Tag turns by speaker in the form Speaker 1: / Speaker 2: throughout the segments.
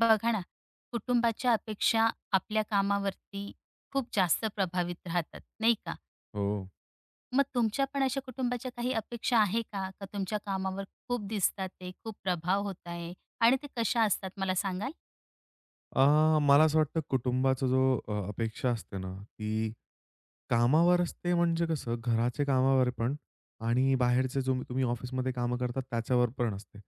Speaker 1: बघा ना, कुटुंबाच्या अपेक्षा आपल्या कामावरती खूप जास्त प्रभावित राहतात, नाही का?
Speaker 2: हो.
Speaker 1: मग तुमच्या पण अशा कुटुंबाच्या काही अपेक्षा आहे का? का तुमच्या कामावर खूप दिसतात ते, खूप प्रभाव होत आहे आणि ते कशा असतात मला सांगाल?
Speaker 2: मला असं वाटतं कुटुंबाचा जो अपेक्षा असते ना, ती कामावर असते म्हणजे कसं घराचे कामावर पण आणि बाहेरचे जो तुम्ही ऑफिसमध्ये कामं करतात त्याच्यावर पण असते.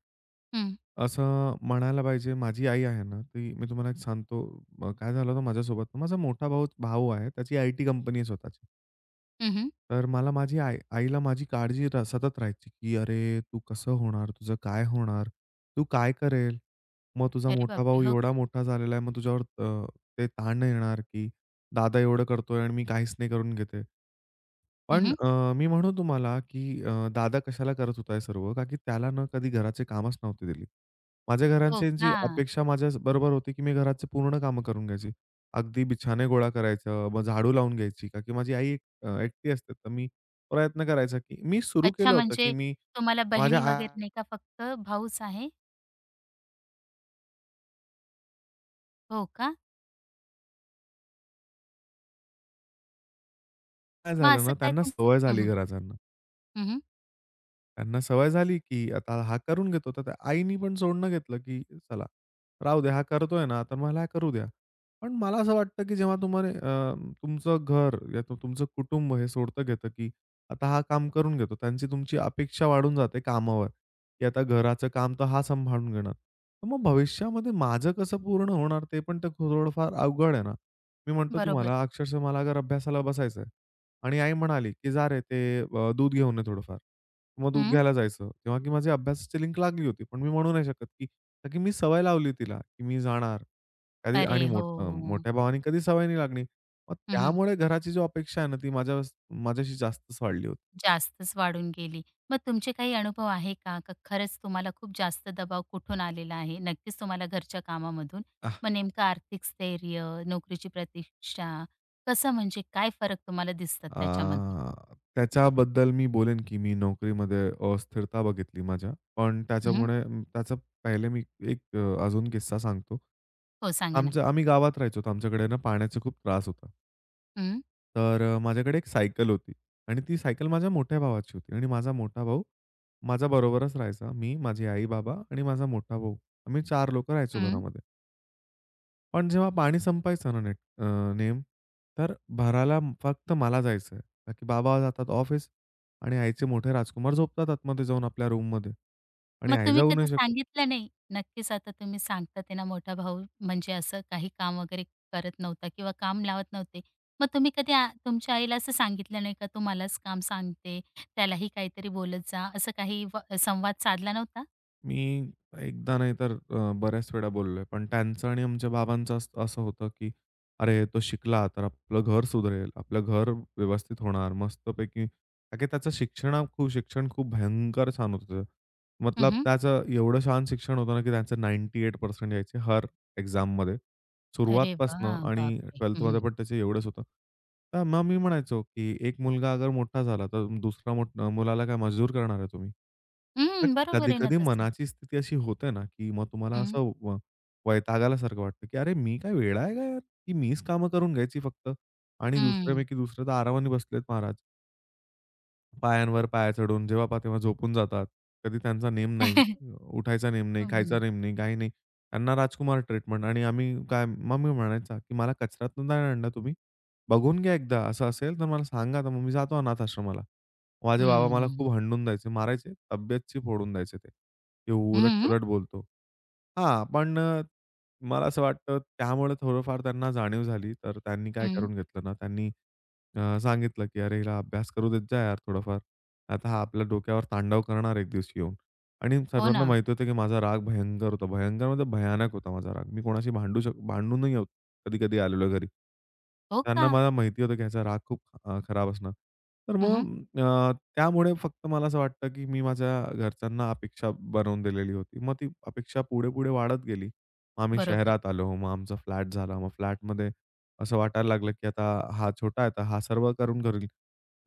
Speaker 1: हं,
Speaker 2: असं म्हणायला पाहिजे माझी आई आहे ना, ती मी तुम्हाला एक सांगतो. काय झालं होतं माझ्यासोबत. माझा मोठा भाऊ भाऊ आहे. त्याची आयटी कंपनी आहे स्वतःची.
Speaker 1: हं,
Speaker 2: तर मला माझी आईला माझी काळजी सतत राहायची, की "अरे, तू कसं होणार? तुझं काय होणार? तू काय करेल? मग तुझा
Speaker 1: अरे
Speaker 2: मोठा
Speaker 1: बापरे!
Speaker 2: भाऊ
Speaker 1: हो
Speaker 2: एवढा
Speaker 1: का?
Speaker 2: मोठा झालेला आहे, मग तुझ्यावर ते ताण नाही येणार, की दादा एवढं करतोय आणि मी काहीच नाही करून घेते." पण
Speaker 1: हं,
Speaker 2: मी म्हणू तुम्हाला, की दादा कशाला करत होता हे सर्व, का की त्याला ना कधी घराचे कामच नव्हती दिली. माझ्या
Speaker 1: हो
Speaker 2: घराच्यांची
Speaker 1: का?
Speaker 2: अपेक्षा माझ्याबरोबर होती, की मी घराचे पूर्ण कामं करून घ्यायची. अगदी बिछाने गोळा करायचं, मग झाडू लावून घ्यायची, का की माझी आई एक एकटी असते, तर मी प्रयत्न करायचा, की मी सुरू
Speaker 1: अच्छा,
Speaker 2: केलं होतं, की
Speaker 1: म्हणजे
Speaker 2: मी
Speaker 1: तुम्हाला
Speaker 2: माझ्या
Speaker 1: बहिणी
Speaker 2: आईला
Speaker 1: वगैरे नाही का, फक्त भाऊच आहे? हो का?
Speaker 2: काय
Speaker 1: मग
Speaker 2: झालं
Speaker 1: असं
Speaker 2: ना,
Speaker 1: काय
Speaker 2: त्यांना सवय
Speaker 1: हं,
Speaker 2: झाली
Speaker 1: हं.
Speaker 2: घराच्यांना. त्यांना सवय झाली, की आता हा करून घेतो. तर त्या आईनी पण सोडणं घेतलं, की चला राहू द्या, हा करतोय ना, तर मला हा करू द्या. पण मला असं वाटतं, की जेव्हा तुम्हाला तुमचं घर या तुमचं कुटुंब हे सोडतं घेतं, की आता हा काम करून घेतो. त्यांची तुमची अपेक्षा वाढून जाते कामावर, की आता घराचं काम तर हा सांभाळून घेणार. तर मग भविष्यामध्ये माझं कसं पूर्ण होणार ते पण तर थोडंफार अवघड आहे ना. मी म्हणतो
Speaker 1: बरोबर.
Speaker 2: तुम्हाला अक्षरशः मला अगर अभ्यासाला बसायचंय आणि आई म्हणाली, की "जा रे ते दूध घेऊन ये थोडंफार." मग दूध
Speaker 1: हं.
Speaker 2: घ्यायला जायचं किंवा की माझी अभ्यासाची लिंक लागली होती. पण मी म्हणू नाही शकत, की कारण की मी सवय लावली तिला, की मी जाणार. कधी
Speaker 1: अरे
Speaker 2: आणि
Speaker 1: हो!
Speaker 2: मोठ्या भावाने कधी सवय नाही लागली. मग
Speaker 1: हं,
Speaker 2: त्यामुळे घराची जी अपेक्षा आहे ना, ती माझ्याशी जास्तच वाढली होती.
Speaker 1: जास्तच वाढून गेली. मग तुमचे काही अनुभव आहे का? का खरंच तुम्हाला खूप जास्त दबाव कुठून आलेला आहे? नक्कीच तुम्हाला घरच्या कामामधून.
Speaker 2: आह!
Speaker 1: मग नेमकं आर्थिक स्थैर्य, नोकरीची प्रतीक्षा, कसं म्हणजे काय फरक तुम्हाला दिसतात त्याच्यामध्ये?
Speaker 2: त्याच्याबद्दल मी बोलेन, की मी नोकरीमध्ये अस्थिरता बघितली माझ्या. पण
Speaker 1: हं.
Speaker 2: त्याच्यामुळे त्याचा पहिले मी एक अजून किस्सा सांगतो.
Speaker 1: हो, सांगा ना.
Speaker 2: आमचं आम्ही गावात राहायचो, तर आमच्याकडे ना पाण्याचा खूप त्रास होता.
Speaker 1: हं,
Speaker 2: तर माझ्याकडे एक सायकल होती आणि ती सायकल माझ्या मोठ्या भावाची होती आणि माझा मोठा भाऊ माझ्या बरोबरच राहायचा. मी, माझी आई-बाबा आणि माझा मोठा भाऊ. आम्ही 4 लोकं राहायचो
Speaker 1: हं.
Speaker 2: घरामध्ये. पण जेव्हा पाणी संपायचं ना तर भराला फक्त मला जायचं आहे. का की बाबा जातात ऑफिस आणि आईचे मोठे राजकुमार झोपतात आतमध्ये जाऊन आपल्या रूममध्ये आणि
Speaker 1: मग
Speaker 2: आई
Speaker 1: तुम्ही
Speaker 2: जाऊ
Speaker 1: कधी
Speaker 2: नाही शकत.
Speaker 1: सांगितलं नाही? नक्कीच आता तुम्ही सांगता ते ना मोठा भाऊ म्हणजे असं काही काम वगैरे करत नव्हता किंवा काम लावत नव्हते. मग तुम्ही कधी तुमच्या आईला असं सांगितलं नाही का, "तू मलाच काम सांगते, त्यालाही काहीतरी बोलत जा." असं काही संवाद साधला नव्हता?
Speaker 2: मी एकदा नाही तर बऱ्याच वेळा बोललोय. पण त्यांचं आणि आमच्या बाबांचं असं असं होतं, की "अरे, तो शिकला तर आपलं घर सुधरेल, आपलं घर व्यवस्थित होणार मस्तपैकी." कारण की त्याचं शिक्षण खूप भयंकर छान होतं त्याचं. मतलब
Speaker 1: हं,
Speaker 2: त्याचं एवढं छान शिक्षण होतं ना, की त्यांचं 98% यायचे हर एक्झाममध्ये.
Speaker 1: अरे
Speaker 2: सुरुवातपासनं
Speaker 1: वाह!
Speaker 2: आणि
Speaker 1: बापरे! हं, हं.
Speaker 2: 12थमध्ये पण त्याचं एवढंच होतं. तर मग मी म्हणायचो, की एक मुलगा अगर मोठा झाला, तर दुसऱ्या मुलाला काय मजबूर करणार आहे तुम्ही? का की
Speaker 1: बरोबर आहे ना
Speaker 2: कधी-कधी
Speaker 1: तसं.
Speaker 2: मनाची स्थिती अशी होते ना, की मग तुम्हाला
Speaker 1: हं,
Speaker 2: असं वैतागल्यासारखं वाटतं, की "अरे, मी काय वेडा आहे का यार? की मीच कामं करून घ्यायची फक्त आणि
Speaker 1: हं.
Speaker 2: दुसरे तर आरामाने बसलेत महाराज." पायांवर पाय चढून जेव्हा पहा तेव्हा झोपून जातात. कधी त्यांचा नेम नाही. उठायचा नेम नाही,
Speaker 1: हं,
Speaker 2: खायचा
Speaker 1: हं.
Speaker 2: नेम नाही, काही नाही. त्यांना राजकुमार ट्रीटमेंट आणि आम्ही काय मग मी म्हणायचा, की "मला कचऱ्यातून नाही आणलं तुम्ही. बघून घ्या एकदा असं असेल तर मला सांगा." तर मग मी जातो अनाथ आश्रमाला. माझे बाबा मला
Speaker 1: हं,
Speaker 2: खूप हणडून द्यायचे, मारायचे, तब्येतची फोडून द्यायचे ते. की
Speaker 1: हं.
Speaker 2: उलट-सुलट बोलतो. हां, पण मला असं वाटतं त्यामुळे थोडंफार त्यांना जाणीव झाली. तर त्यांनी काय करून घेतलं ना, त्यांनी सांगितलं, की "अरे, हिला अभ्यास करू देत जा यार थोडाफार. आता हा आपल्या डोक्यावर तांडव करणार एक दिवशी येऊन." आणि
Speaker 1: हो
Speaker 2: सर्वांना
Speaker 1: ना.
Speaker 2: माहिती होतं, की माझा राग भयंकर होता. भयंकर म्हणजे भयानक होता माझा राग. मी कोणाशी भांडूनही होत कधी-कधी आलेलो घरी.
Speaker 1: हो का?
Speaker 2: त्यांना मला माहिती होतं, की ह्याचा राग खूप खराब असणार. तर
Speaker 1: हं,
Speaker 2: मग त्यामुळे फक्त मला असं वाटतं, की मी माझ्या घरच्यांना अपेक्षा बनवून दिलेली होती. मग ती अपेक्षा पुढे-पुढे वाढत गेली. मग आम्ही
Speaker 1: बरोबर.
Speaker 2: शहरात आलो. मग आमचा फ्लॅट झाला. मग फ्लॅटमध्ये असं वाटायला लागलं, की आता हा छोटा आहे, तर हा सर्व करून करेल.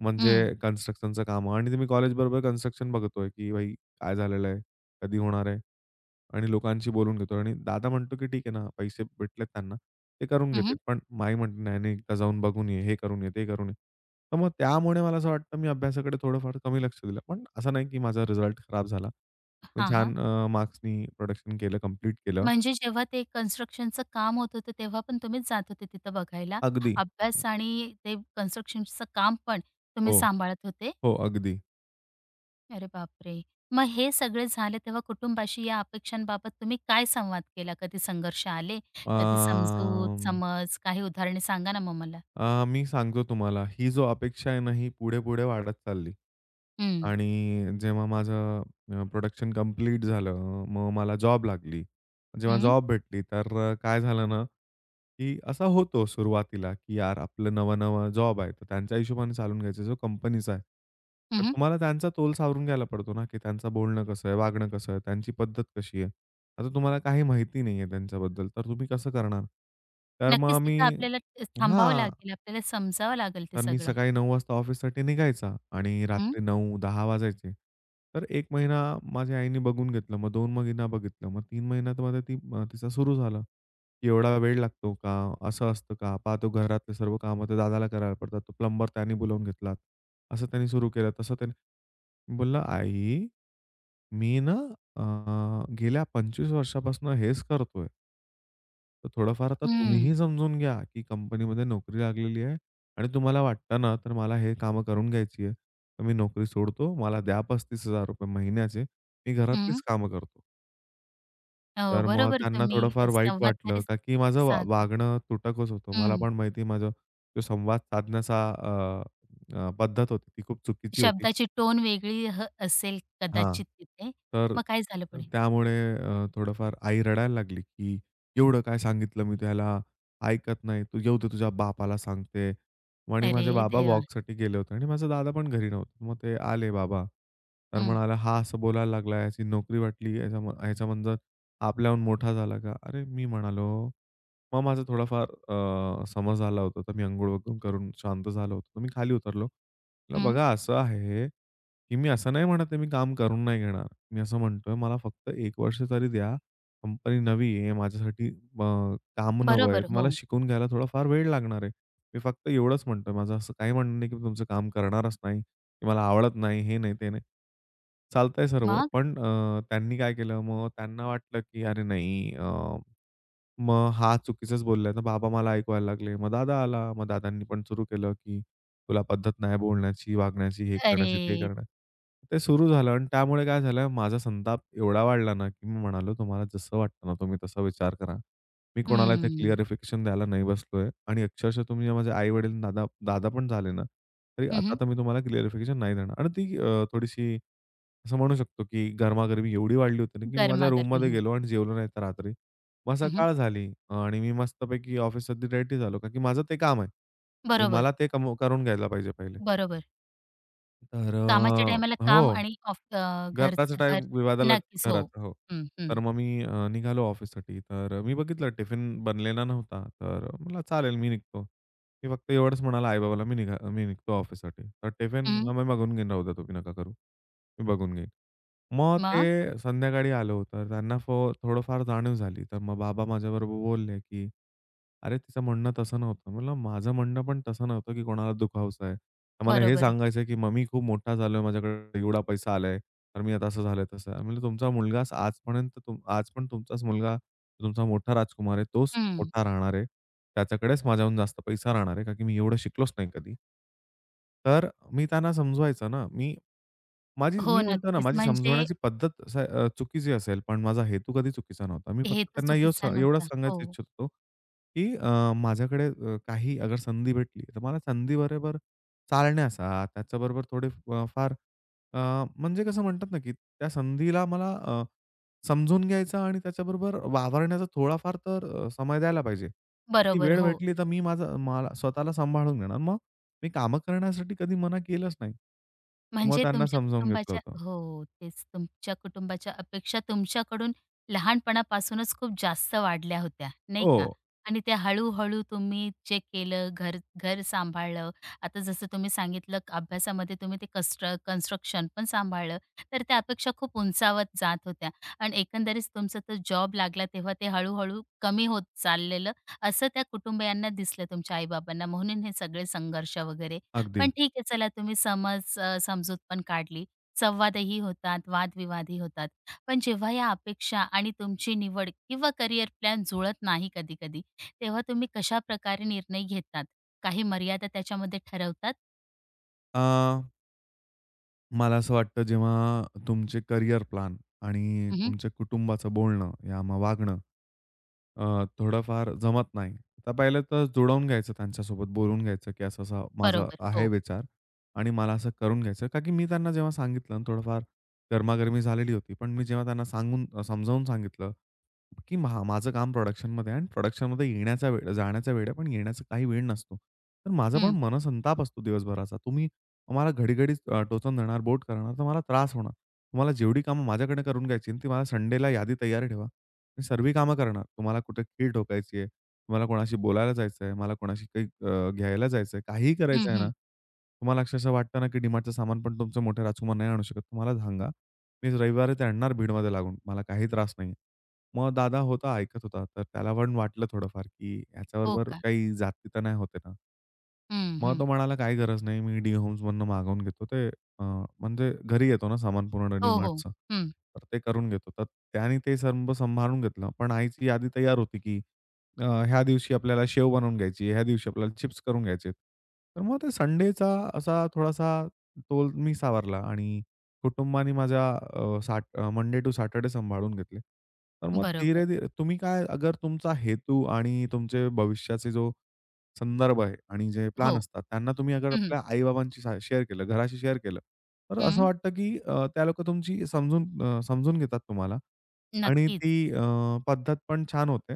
Speaker 2: म्हणजे
Speaker 1: हं,
Speaker 2: कन्स्ट्रक्शनचं कामं आणि ते मी कॉलेजबरोबर कन्स्ट्रक्शन बघतोय, की भाई काय झालेलं आहे? कधी होणार आहे? आणि लोकांशी बोलून घेतो आणि दादा म्हणतो, की "ठीक आहे ना, पैसे भेटलेत त्यांना, ते करून
Speaker 1: हं,
Speaker 2: घेतील."
Speaker 1: हं.
Speaker 2: पण आई म्हणते, "नाही, नाही, एकदा जाऊन बघून ये, हे करून ये, ते करून ये." तर मग त्यामुळे मला असं वाटतं, मी अभ्यासाकडे थोडंफार कमी लक्ष दिलं. पण असं नाही, की माझा रिझल्ट खराब झाला. मी
Speaker 1: हां,
Speaker 2: छान मार्क्सनी प्रोडक्शन केलं, कंप्लीट केलं.
Speaker 1: म्हणजे जेव्हा ते कन्स्ट्रक्शनचं काम होत होतं, तेव्हा पण तुम्हीच जात होते तिथं बघायला.
Speaker 2: अगदी.
Speaker 1: अभ्यास आणि ते कन्स्ट्रक्शनचं काम पण तुम्ही
Speaker 2: हो,
Speaker 1: सांभाळत होते?
Speaker 2: हो, अगदी.
Speaker 1: अरे बापरे! मग हे सगळे झाले तेव्हा कुटुंबाशी या अपेक्षांबाबत तुम्ही काय संवाद केला? कधी संघर्ष आले? कधी समजूत,
Speaker 2: अं,
Speaker 1: समज काही उदाहरणे सांगा ना मग मला?
Speaker 2: मी सांगतो तुम्हाला, ही जो अपेक्षा आहे ना, ही पुढे-पुढे वाढत चालली.
Speaker 1: हं,
Speaker 2: आणि जेव्हा माझं प्रोडक्शन कंप्लीट झालं, मग मला जॉब लागली. जेव्हा
Speaker 1: हं,
Speaker 2: जॉब भेटली, तर काय झालं ना, की असा होतो सुरुवातीला, की यार आपलं नवा-नवा जॉब आहे, तर त्यांच्या हिशोबाने चालून घ्यायचं जो कंपनीचा आहे. तर
Speaker 1: हं,
Speaker 2: तुम्हाला त्यांचा तोल सावरून घ्यायला पडतो ना, की त्यांचं बोलणं कसं आहे, वागणं कसं आहे, त्यांची पद्धत कशी आहे. आता तुम्हाला काही माहिती नाहीये त्यांच्याबद्दल, तर तुम्ही कसं करणार? तर मग
Speaker 1: नक्कीच तिथं
Speaker 2: आम्ही
Speaker 1: आपल्याला थांबावं
Speaker 2: हां.
Speaker 1: लागेल, आपल्याला समजावं लागेल ते
Speaker 2: तर मी
Speaker 1: सगळं.
Speaker 2: सकाळी 9:00 वाजता ऑफिससाठी निघायचा आणि
Speaker 1: हं,
Speaker 2: रात्री 9:00-10:00 वाजायचे. तर 1 महिना माझ्या आईने बघून घेतलं. मग 2 महिना बघितलं. मग 3 महिन्यामध्ये ती तिचा सुरू झालं, की एवढा वेळ लागतो का? असं असतं का? पहा तो घरातले सर्व कामं त्या दादाला करायला पडतात. तो प्लंबर त्याने बोलावून घेतला. असं त्यांनी सुरू केलं, तसं त्यांनी मी बोलला, "आई, मी ना अ, गेल्या 25 वर्षापासून हेच करतोय." तर थोडंफार आता
Speaker 1: हं,
Speaker 2: तुम्हीही समजून घ्या, की कंपनीमध्ये नोकरी लागलेली आहे आणि तुम्हाला वाटतं ना, तर मला हे कामं करून घ्यायची आहे. तर मी नोकरी सोडतो. मला द्या ₹ 35,000 महिन्याचे. मी
Speaker 1: हं.
Speaker 2: घरातलीच कामं करतो.
Speaker 1: हो,
Speaker 2: तर मग
Speaker 1: बरोबर
Speaker 2: त्यांना
Speaker 1: तुम्ही
Speaker 2: थोडंफार वाईट
Speaker 1: संवाद
Speaker 2: वाटलं,
Speaker 1: तरी
Speaker 2: का की माझं
Speaker 1: साधला.
Speaker 2: वागणं तुटकच होतं. मला पण माहिती माझं तो संवाद साधण्याचा अ, अ, पद्धत होती ती खूप चुकीची होती.
Speaker 1: शब्दाची टोन वेगळी असेल
Speaker 2: हां.
Speaker 1: कदाचित तिथे.
Speaker 2: तर
Speaker 1: मग काय झालं पुढे?
Speaker 2: त्यामुळे थोडंफार आई रडायला लागली, की "एवढं काय सांगितलं मी त्याला, ऐकत नाही. तू येऊ दे तुझ्या बापाला सांगते." मग आणि
Speaker 1: अरे
Speaker 2: माझे बाबा
Speaker 1: देवा!
Speaker 2: वॉकसाठी गेले होते आणि माझा दादा पण घरी नव्हता. मग ते आले बाबा. तर
Speaker 1: हं,
Speaker 2: म्हणाला, "हा असं बोलायला लागला, याची नोकरी वाटली, ह्याचा म्हणजे आपल्याहून मोठा झाला का?" अरे मी म्हणालो मग माझा थोडाफार समज आला होता. तर मी अंघोळ वगैरे करून शांत झालो होतो. तर मी खाली उतरलो. म्हटलं,
Speaker 1: हं.
Speaker 2: "बघा असं आहे, की मी असं नाही म्हणत आहे मी काम करून नाही घेणार. मी असं म्हणतोय, "मला फक्त एक वर्ष तरी द्या. कंपनी नवी आहे. माझ्यासाठी अ, काम नवं आहे.
Speaker 1: बरोबर,
Speaker 2: तुम्हाला
Speaker 1: हो.
Speaker 2: शिकून घ्यायला थोडाफार वेळ लागणार आहे." मी फक्त एवढंच म्हणतोय. माझं असं काही म्हणणं नाही, की मी तुमचं काम करणारच नाही, की मला आवडत नाही, हे नाही, ते नाही. चालतंय सर्व.
Speaker 1: मग?
Speaker 2: पण त्यांनी काय केलं, मग त्यांना वाटलं, की "अरे नाही, मग हा चुकीचंच बोललाय." तर बाबा मला ऐकवायला लागले. मग दादा आला. मग दादांनी पण सुरू केलं, की तुला पद्धत नाही बोलण्याची, वागण्याची, हे करण्याची, ते
Speaker 1: अरे!
Speaker 2: करण्याची. ते सुरू झालं आणि त्यामुळे काय झालं, माझा संताप एवढा वाढला ना, की मी म्हणालो, "तुम्हाला जसं वाटतं ना, तुम्ही तसा विचार करा. मी कोणाला इथे
Speaker 1: हं.
Speaker 2: क्लिअरिफिकेशन द्यायला नाही बसलोय." आणि अक्षरशः तुम्ही माझे आई-वडील, दादा दादा पण झाले ना, तरी आता
Speaker 1: हं,
Speaker 2: तर मी तुम्हाला क्लिअरिफिकेशन नाही देणार. आणि ती थोडीशी असं म्हणू शकतो, की गरमागरमी एवढी वाढली होती ना, की मी माझ्या
Speaker 1: गरमागरमी.
Speaker 2: रूममध्ये
Speaker 1: हो.
Speaker 2: गेलो आणि जेवलो नाही त्या रात्री. मग
Speaker 1: हं, हं.
Speaker 2: सकाळ झाली आणि मी मस्तपैकी ऑफिससाठी रेडी झालो, का की माझं ते काम आहे. आणि
Speaker 1: बरोबर,
Speaker 2: मला ते कम करून घ्यायला पाहिजे पहिले.
Speaker 1: बरोबर.
Speaker 2: तर
Speaker 1: कामाच्या टायमाला काम
Speaker 2: हो.
Speaker 1: आणि
Speaker 2: घराचा
Speaker 1: घरचं घर
Speaker 2: टाईम विवादाला
Speaker 1: नक्कीच. हो.
Speaker 2: घराचा. हो.
Speaker 1: हं, हं.
Speaker 2: तर मग मी निघालो ऑफिससाठी. तर मी बघितलं टिफिन बनलेला नव्हता. तर मला चालेल मी निघतो. मी फक्त एवढंच म्हणाला आई-बाबाला मी मी निघतो ऑफिससाठी. तर टिफिन
Speaker 1: हं.
Speaker 2: मला मी बघून घेईन राहू द्या तुम्ही नका करू. मी बघून घेईन. मग
Speaker 1: मग?
Speaker 2: ते संध्याकाळी आलो तर त्यांना थोडंफार जाणीव झाली. तर मग बाबा माझ्याबरोबर बोलले, की "अरे तिचं म्हणणं तसं नव्हतं." म्हटलं माझं म्हणणं पण तसं नव्हतं, की कोणाला दुखावसं आहे. तर मला हे
Speaker 1: बरोबर.
Speaker 2: सांगायचं आहे, की मग मी खूप मोठा झालोय माझ्याकडे एवढा पैसा आलाय. तर मी आता असं झालं तसं. मी म्हणलं, "तुमचा मुलगाच आजपर्यंत आज पण तुमचाच मुलगा, तुमचा मोठा राजकुमार आहे, तोच
Speaker 1: हं.
Speaker 2: मोठा राहणार आहे. त्याच्याकडेच माझ्याहून जास्त पैसा राहणार आहे, का की मी एवढं शिकलोच नाही कधी." तर मी त्यांना समजवायचं ना, मी माझी
Speaker 1: हो,
Speaker 2: मी म्हणतो ना,
Speaker 1: नक्कीच.
Speaker 2: माझी
Speaker 1: म्हणजे
Speaker 2: समजवण्याची पद्धत चुकीची असेल, पण माझा हेतू कधी चुकीचा नव्हता. मी फक्त
Speaker 1: हेतू
Speaker 2: त्यांना
Speaker 1: चुकीचा
Speaker 2: एवढंच
Speaker 1: नव्हता.
Speaker 2: सांगायचं
Speaker 1: हो.
Speaker 2: इच्छित होतो, की माझ्याकडे काही अगर संधी भेटली, तर मला संधीबरोबर चालण्याचा, त्याच्याबरोबर थोडे फार अ, म्हणजे कसं म्हणतात ना, की त्या संधीला मला समजून घ्यायचा आणि त्याच्याबरोबर वावरण्याचा थोडाफार तर समय द्यायला पाहिजे. की ती
Speaker 1: बरोबर,
Speaker 2: वेळ
Speaker 1: हो.
Speaker 2: भेटली, तर मी माझं मला स्वतःला सांभाळून घेणार. मग मी कामं करण्यासाठी कधी मना केलंच नाही. मग
Speaker 1: म्हणजे
Speaker 2: त्यांना
Speaker 1: तुमच्या
Speaker 2: समजावून घेतलं
Speaker 1: कुटुंबाच्या
Speaker 2: होतं.
Speaker 1: हो, तेच तुमच्या कुटुंबाच्या अपेक्षा तुमच्याकडून लहानपणापासूनच खूप जास्त वाढल्या होत्या, नाही
Speaker 2: हो,
Speaker 1: का? आणि त्या हळू-हळू तुम्ही जे केलं, घर घर सांभाळलं. आता जसं तुम्ही सांगितलं अभ्यासामध्ये तुम्ही ते कन्स्ट्रक्शन पण सांभाळलं. तर त्या अपेक्षा खूप उंचावत जात होत्या आणि एकंदरीत तुमचा तो जॉब लागला तेव्हा ते हळू कमी होत चाललेलं असं त्या कुटुंबियांना दिसलं तुमच्या आई म्हणून हे सगळे संघर्ष वगैरे.
Speaker 2: अगदी.
Speaker 1: पण ठीक आहे चला तुम्ही समजूत पण काढली. संवादही होतात, वादविवादही होतात. पण जेव्हा या अपेक्षा आणि तुमची निवड किंवा करिअर प्लॅन जुळत नाही कधी-कधी, तेव्हा तुम्ही कशाप्रकारे निर्णय घेतात? काही मर्यादा त्याच्यामध्ये ठरवतात?
Speaker 2: अ, मला असं वाटतं जेव्हा तुमचे करियर प्लॅन आणि
Speaker 1: हं, हं.
Speaker 2: तुमच्या कुटुंबाचं बोलणं या मग वागणं थोडंफार जमत नाही. तर पहिले तर जुळवून घ्यायचं त्यांच्यासोबत बोलून घ्यायचं, की असा-असा माझा
Speaker 1: बरोबर.
Speaker 2: आहे
Speaker 1: हो.
Speaker 2: विचार आणि मला असं करून घ्यायचं. का की मी त्यांना जेव्हा सांगितलं ना थोडंफार गरमागरमी झालेली होती. पण मी जेव्हा त्यांना सांगून समजावून सांगितलं, की माझं काम प्रोडक्शनमध्ये आहे आणि प्रोडक्शनमध्ये येण्याचा वेळ जाण्याचा वेळ आहे, पण येण्याचा काही वेळ नसतो. तर माझा पण
Speaker 1: हं,
Speaker 2: मनसंताप असतो दिवसभराचा. तुम्ही मला घडी-घडी टोचून देणार, बोट करणार, तर मला त्रास होणार. तुम्हाला जेवढी कामं माझ्याकडनं करून घ्यायची आहे ना, ती मला संडेला यादी तयार ठेवा. मी सर्व कामं करणार. तुम्हाला कुठे कीळ ठोकायची आहे, तुम्हाला कोणाशी बोलायला जायचं आहे, मला कोणाशी काही घ्यायला जायचं आहे, काहीही
Speaker 1: हं,
Speaker 2: करायचं आहे ना,
Speaker 1: हं.
Speaker 2: तुम्हाला अक्षरशः वाटतं ना, की डी सामान पण तुमचं मोठ्या राजकुमार नाही आणू शकत. तुम्हाला सांगा. मी रविवारी ते आणणार भीडमध्ये लागून. मला काही त्रास नाही मग दादा होता, ऐकत होता. तर त्याला पण वाटलं थोडंफार, की
Speaker 1: हो
Speaker 2: ह्याच्याबरोबर
Speaker 1: का?
Speaker 2: काही जाती तर नाही होत ना?
Speaker 1: हं,
Speaker 2: मग
Speaker 1: हं.
Speaker 2: तो म्हणाला, "काही गरज नाही, मी डी होम्समधनं मागवून घेतो ते म्हणजे घरी येतो ना सामान पूर्ण
Speaker 1: हो, हो.
Speaker 2: डीमार्टचं,
Speaker 1: हं.
Speaker 2: तर ते करून घेतो." तर त्याने ते सर्व सांभाळून घेतलं. पण आईची यादी तयार होती, की ह्या दिवशी आपल्याला शेव बनवून घ्यायची, ह्या दिवशी आपल्याला चिप्स करून घ्यायचे. तर मग ते संडेचा असा थोडासा तोल मी सावरला आणि कुटुंबाने माझ्या मंडे टू सॅटर्डे सांभाळून घेतले. तर मग
Speaker 1: बरोबर.
Speaker 2: धीरे-धीरे तुम्ही काय अगर तुमचा हेतू आणि तुमचे भविष्याचे जो संदर्भ आहे आणि जे प्लॅन
Speaker 1: हो.
Speaker 2: असतात, त्यांना तुम्ही अगर
Speaker 1: हं.
Speaker 2: आपल्या आई-बाबांशी सा शेअर केलं, घराशी शेअर केलं, तर असं
Speaker 1: हं.
Speaker 2: वाटतं की त्या लोकं तुमची समजून घेतात तुम्हाला आणि
Speaker 1: नक्कीच.
Speaker 2: ती पद्धत पण छान होते.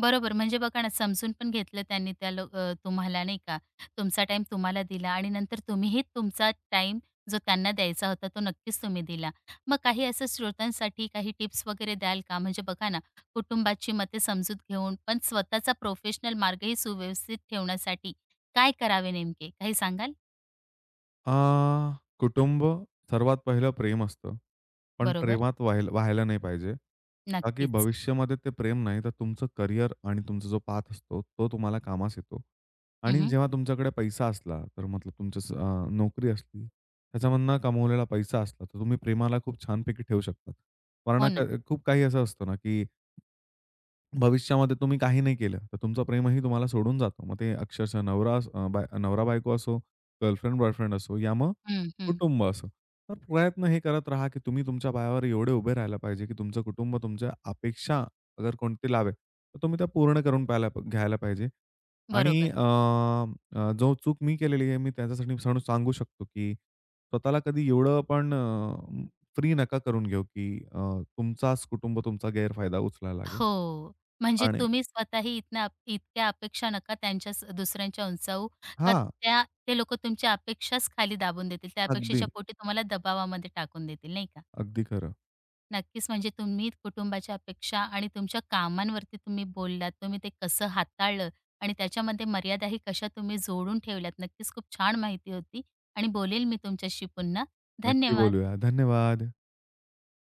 Speaker 1: बरोबर. म्हणजे बघा ना, समजून पण घेतलं त्यांनी त्या तुम्हाला नाही का. तुमचा टाईम तुम्हाला दिला आणि नंतर तुम्हीही तुमचा टाईम जो त्यांना द्यायचा होता, तो नक्कीच तुम्ही दिला. मग काही असं श्रोत्यांसाठी काही टिप्स वगैरे द्याल का? म्हणजे बघा ना, कुटुंबाची मते समजूत घेऊन, पण स्वतःचा प्रोफेशनल मार्गही सुव्यवस्थित ठेवण्यासाठी काय करावे नेमके? काही सांगाल?
Speaker 2: अ, कुटुंब सर्वात पहिलं प्रेम असतं. पण
Speaker 1: बरोबर.
Speaker 2: प्रेमात व्हायला नाही पाहिजे. का की
Speaker 1: नक्कीच.
Speaker 2: भविष्यामध्ये ते प्रेम नाही तर तुमचं करियर आणि तुमचा जो पाथ असतो, तो तुम्हाला कामास येतो. आणि
Speaker 1: हं,
Speaker 2: जेव्हा तुमच्याकडे पैसा असला, तर मतलब तुमचं नोकरी असली, त्याच्यामधनं कमवलेला पैसा असला, तर तुम्ही प्रेमाला खूप छानपैकी ठेवू शकता. वरना
Speaker 1: हो ना.
Speaker 2: खूप काही असं असतं ना की भविष्यामध्ये तुम्ही काही नाही केलं, तर तुमचं प्रेमही तुम्हाला सोडून जातो. मग ते अक्षरशः नवरा अ, बाय नवरा-बायको असो, गर्लफ्रेंड-बॉयफ्रेंड असो या मग
Speaker 1: हं, हं.
Speaker 2: कुटुंब असो. तर प्रयत्न हे करत राहा, की तुम्ही तुमच्या पायावर एवढे उभे राहायला पाहिजे, की तुमचं कुटुंब तुमच्या अपेक्षा अगर कोणती लावे, तर तुम्ही त्या पूर्ण करून पाहायला घ्यायला पाहिजे. आणि
Speaker 1: बरोबर.
Speaker 2: अ, अ, जो चूक मी केलेली आहे, मी त्याच्यासाठी सांगू शकतो, की स्वतःला कधी एवढं पण फ्री नका करून घेऊ, की तुमचाच कुटुंब तुमचा गैरफायदा उचलायला लागेल
Speaker 1: हो. म्हणजे
Speaker 2: आणि
Speaker 1: तुम्ही स्वतःही इतक्या अपेक्षा नका त्यांच्या स दुसऱ्यांच्या उंचावू, का
Speaker 2: हां.
Speaker 1: त्या ते लोकं तुमच्या अपेक्षाच खाली दाबून देतील. त्या
Speaker 2: अगदी.
Speaker 1: अपेक्षेच्या पोटी तुम्हाला दबावामध्ये टाकून देतील, नाही का?
Speaker 2: अगदी खरं.
Speaker 1: नक्कीच म्हणजे तुम्ही कुटुंबाच्या अपेक्षा आणि तुमच्या कामांवरती तुम्ही बोललात, तुम्ही ते कसं हाताळलं आणि त्याच्यामध्ये मर्यादाही कशा तुम्ही जोडून ठेवल्यात. नक्कीच खूप छान माहिती होती आणि बोलेल मी तुमच्याशी पुन्हा.
Speaker 2: नक्की
Speaker 1: धन्यवाद.
Speaker 2: बोलूया. धन्यवाद.